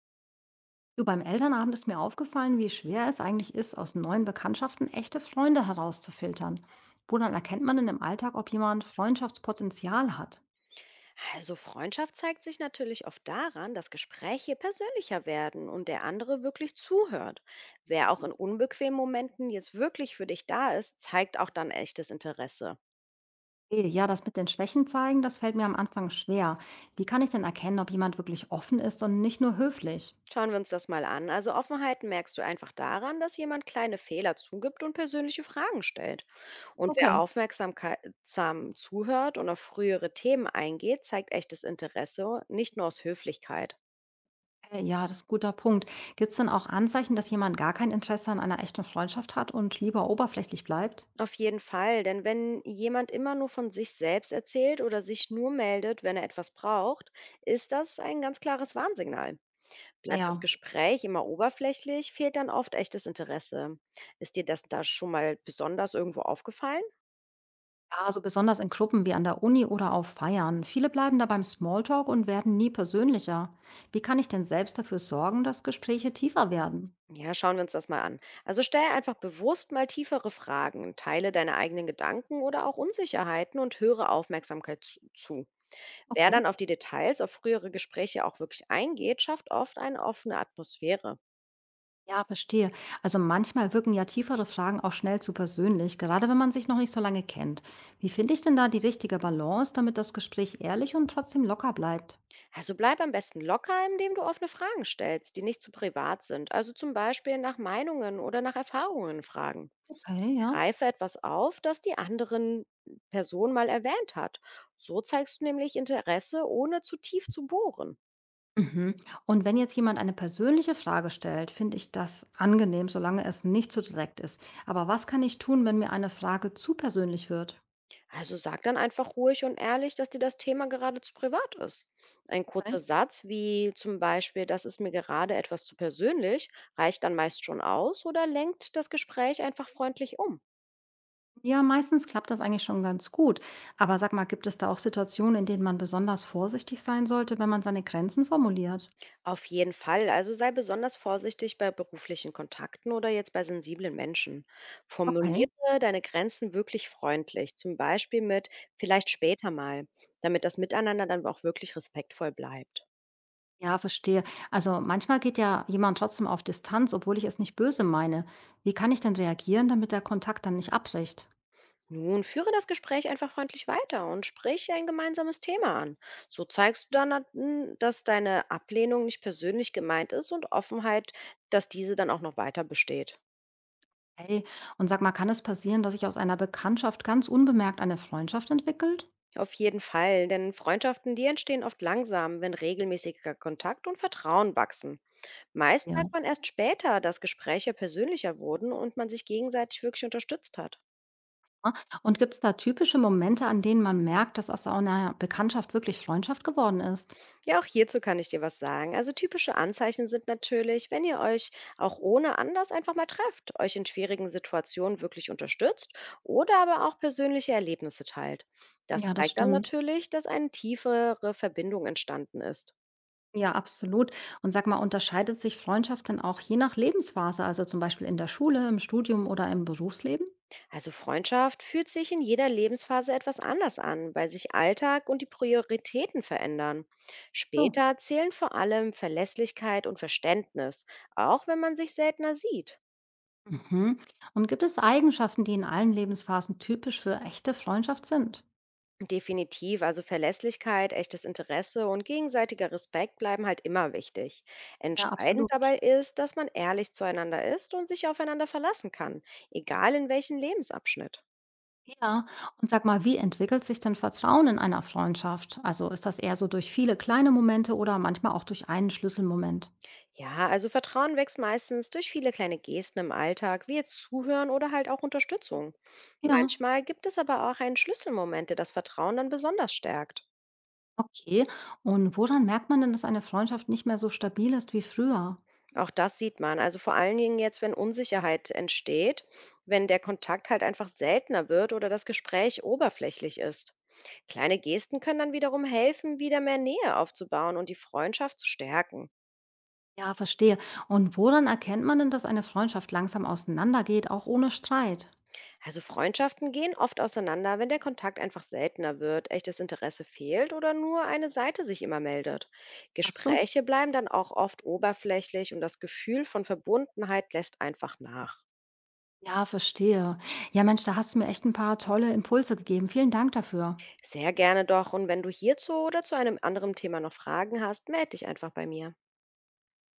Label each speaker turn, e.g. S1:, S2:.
S1: Du, beim Elternabend ist mir aufgefallen, wie schwer es eigentlich ist, aus neuen Bekanntschaften echte Freunde herauszufiltern. Woran erkennt man denn im Alltag, ob jemand Freundschaftspotenzial hat?
S2: Also Freundschaft zeigt sich natürlich oft daran, dass Gespräche persönlicher werden und der andere wirklich zuhört. Wer auch in unbequemen Momenten jetzt wirklich für dich da ist, zeigt auch dann echtes Interesse.
S1: Ja, das mit den Schwächen zeigen, das fällt mir am Anfang schwer. Wie kann ich denn erkennen, ob jemand wirklich offen ist und nicht nur höflich?
S2: Schauen wir uns das mal an. Also Offenheit merkst du einfach daran, dass jemand kleine Fehler zugibt und persönliche Fragen stellt. Und wer
S1: Okay.
S2: aufmerksam zuhört und auf frühere Themen eingeht, zeigt echtes Interesse, nicht nur aus Höflichkeit.
S1: Ja, das ist ein guter Punkt. Gibt es denn auch Anzeichen, dass jemand gar kein Interesse an einer echten Freundschaft hat und lieber oberflächlich bleibt?
S2: Auf jeden Fall, denn wenn jemand immer nur von sich selbst erzählt oder sich nur meldet, wenn er etwas braucht, ist das ein ganz klares Warnsignal. Bleibt das
S1: Naja.
S2: Gespräch immer oberflächlich, fehlt dann oft echtes Interesse. Ist dir das da schon mal besonders irgendwo aufgefallen?
S1: Ja, also besonders in Gruppen wie an der Uni oder auf Feiern. Viele bleiben da beim Smalltalk und werden nie persönlicher. Wie kann ich denn selbst dafür sorgen, dass Gespräche tiefer werden?
S2: Ja, schauen wir uns das mal an. Also stell einfach bewusst mal tiefere Fragen, teile deine eigenen Gedanken oder auch Unsicherheiten und höre Aufmerksamkeit zu. Wer
S1: Okay.
S2: dann auf die Details, auf frühere Gespräche auch wirklich eingeht, schafft oft eine offene Atmosphäre.
S1: Ja, verstehe. Also manchmal wirken ja tiefere Fragen auch schnell zu persönlich, gerade wenn man sich noch nicht so lange kennt. Wie finde ich denn da die richtige Balance, damit das Gespräch ehrlich und trotzdem locker bleibt?
S2: Also bleib am besten locker, indem du offene Fragen stellst, die nicht zu privat sind. Also zum Beispiel nach Meinungen oder nach Erfahrungen fragen.
S1: Okay, ja.
S2: Greife etwas auf, das die anderen Person mal erwähnt hat. So zeigst du nämlich Interesse, ohne zu tief zu bohren.
S1: Mhm. Und wenn jetzt jemand eine persönliche Frage stellt, finde ich das angenehm, solange es nicht zu direkt ist. Aber was kann ich tun, wenn mir eine Frage zu persönlich wird?
S2: Also sag dann einfach ruhig und ehrlich, dass dir das Thema gerade zu privat ist. Ein kurzer
S1: Okay.
S2: Satz wie zum Beispiel, das ist mir gerade etwas zu persönlich, reicht dann meist schon aus oder lenkt das Gespräch einfach freundlich um.
S1: Ja, meistens klappt das eigentlich schon ganz gut. Aber sag mal, gibt es da auch Situationen, in denen man besonders vorsichtig sein sollte, wenn man seine Grenzen formuliert?
S2: Auf jeden Fall. Also sei besonders vorsichtig bei beruflichen Kontakten oder jetzt bei sensiblen Menschen.
S1: Okay.
S2: Formuliere deine Grenzen wirklich freundlich, zum Beispiel mit vielleicht später mal, damit das Miteinander dann auch wirklich respektvoll bleibt.
S1: Ja, verstehe. Also manchmal geht ja jemand trotzdem auf Distanz, obwohl ich es nicht böse meine. Wie kann ich denn reagieren, damit der Kontakt dann nicht abbricht?
S2: Nun führe das Gespräch einfach freundlich weiter und sprich ein gemeinsames Thema an. So zeigst du dann, dass deine Ablehnung nicht persönlich gemeint ist und Offenheit, dass diese dann auch noch weiter besteht.
S1: Hey, und sag mal, kann es passieren, dass sich aus einer Bekanntschaft ganz unbemerkt eine Freundschaft entwickelt?
S2: Auf jeden Fall, denn Freundschaften, die entstehen oft langsam, wenn regelmäßiger Kontakt und Vertrauen wachsen. Meist
S1: Ja.
S2: merkt man erst später, dass Gespräche persönlicher wurden und man sich gegenseitig wirklich unterstützt hat.
S1: Ah, und gibt es da typische Momente, an denen man merkt, dass aus so einer Bekanntschaft wirklich Freundschaft geworden ist?
S2: Ja, auch hierzu kann ich dir was sagen. Also typische Anzeichen sind natürlich, wenn ihr euch auch ohne Anlass einfach mal trefft, euch in schwierigen Situationen wirklich unterstützt oder aber auch persönliche Erlebnisse teilt. Das
S1: Ja, das
S2: zeigt dann
S1: stimmt.
S2: natürlich, dass eine tiefere Verbindung entstanden ist.
S1: Ja, absolut. Und sag mal, unterscheidet sich Freundschaft denn auch je nach Lebensphase, also zum Beispiel in der Schule, im Studium oder im Berufsleben?
S2: Also Freundschaft fühlt sich in jeder Lebensphase etwas anders an, weil sich Alltag und die Prioritäten verändern.
S1: So.
S2: Später zählen vor allem Verlässlichkeit und Verständnis, auch wenn man sich seltener sieht.
S1: Mhm. Und gibt es Eigenschaften, die in allen Lebensphasen typisch für echte Freundschaft sind?
S2: Definitiv, also Verlässlichkeit, echtes Interesse und gegenseitiger Respekt bleiben halt immer wichtig.
S1: Ja,
S2: Entscheidend
S1: absolut.
S2: dabei ist, dass man ehrlich zueinander ist und sich aufeinander verlassen kann, egal in welchem Lebensabschnitt.
S1: Ja, und sag mal, wie entwickelt sich denn Vertrauen in einer Freundschaft? Also ist das eher so durch viele kleine Momente oder manchmal auch durch einen Schlüsselmoment?
S2: Ja, also Vertrauen wächst meistens durch viele kleine Gesten im Alltag, wie jetzt Zuhören oder halt auch Unterstützung.
S1: Ja,
S2: Manchmal gibt es aber auch einen Schlüsselmoment, der das Vertrauen dann besonders stärkt.
S1: okay. Und woran merkt man denn, dass eine Freundschaft nicht mehr so stabil ist wie früher?
S2: Auch das sieht man. Also vor allen Dingen jetzt, wenn Unsicherheit entsteht, wenn der Kontakt halt einfach seltener wird oder das Gespräch oberflächlich ist. Kleine Gesten können dann wiederum helfen, wieder mehr Nähe aufzubauen und die Freundschaft zu stärken.
S1: Ja, verstehe. Und woran erkennt man denn, dass eine Freundschaft langsam auseinandergeht, auch ohne Streit?
S2: Also Freundschaften gehen oft auseinander, wenn der Kontakt einfach seltener wird, echtes Interesse fehlt oder nur eine Seite sich immer meldet.
S1: Ach so.
S2: Gespräche bleiben dann auch oft oberflächlich und das Gefühl von Verbundenheit lässt einfach nach.
S1: Ja, verstehe. Ja, Mensch, da hast du mir echt ein paar tolle Impulse gegeben. Vielen Dank dafür.
S2: Sehr gerne doch und wenn du hierzu oder zu einem anderen Thema noch Fragen hast, melde dich einfach bei mir.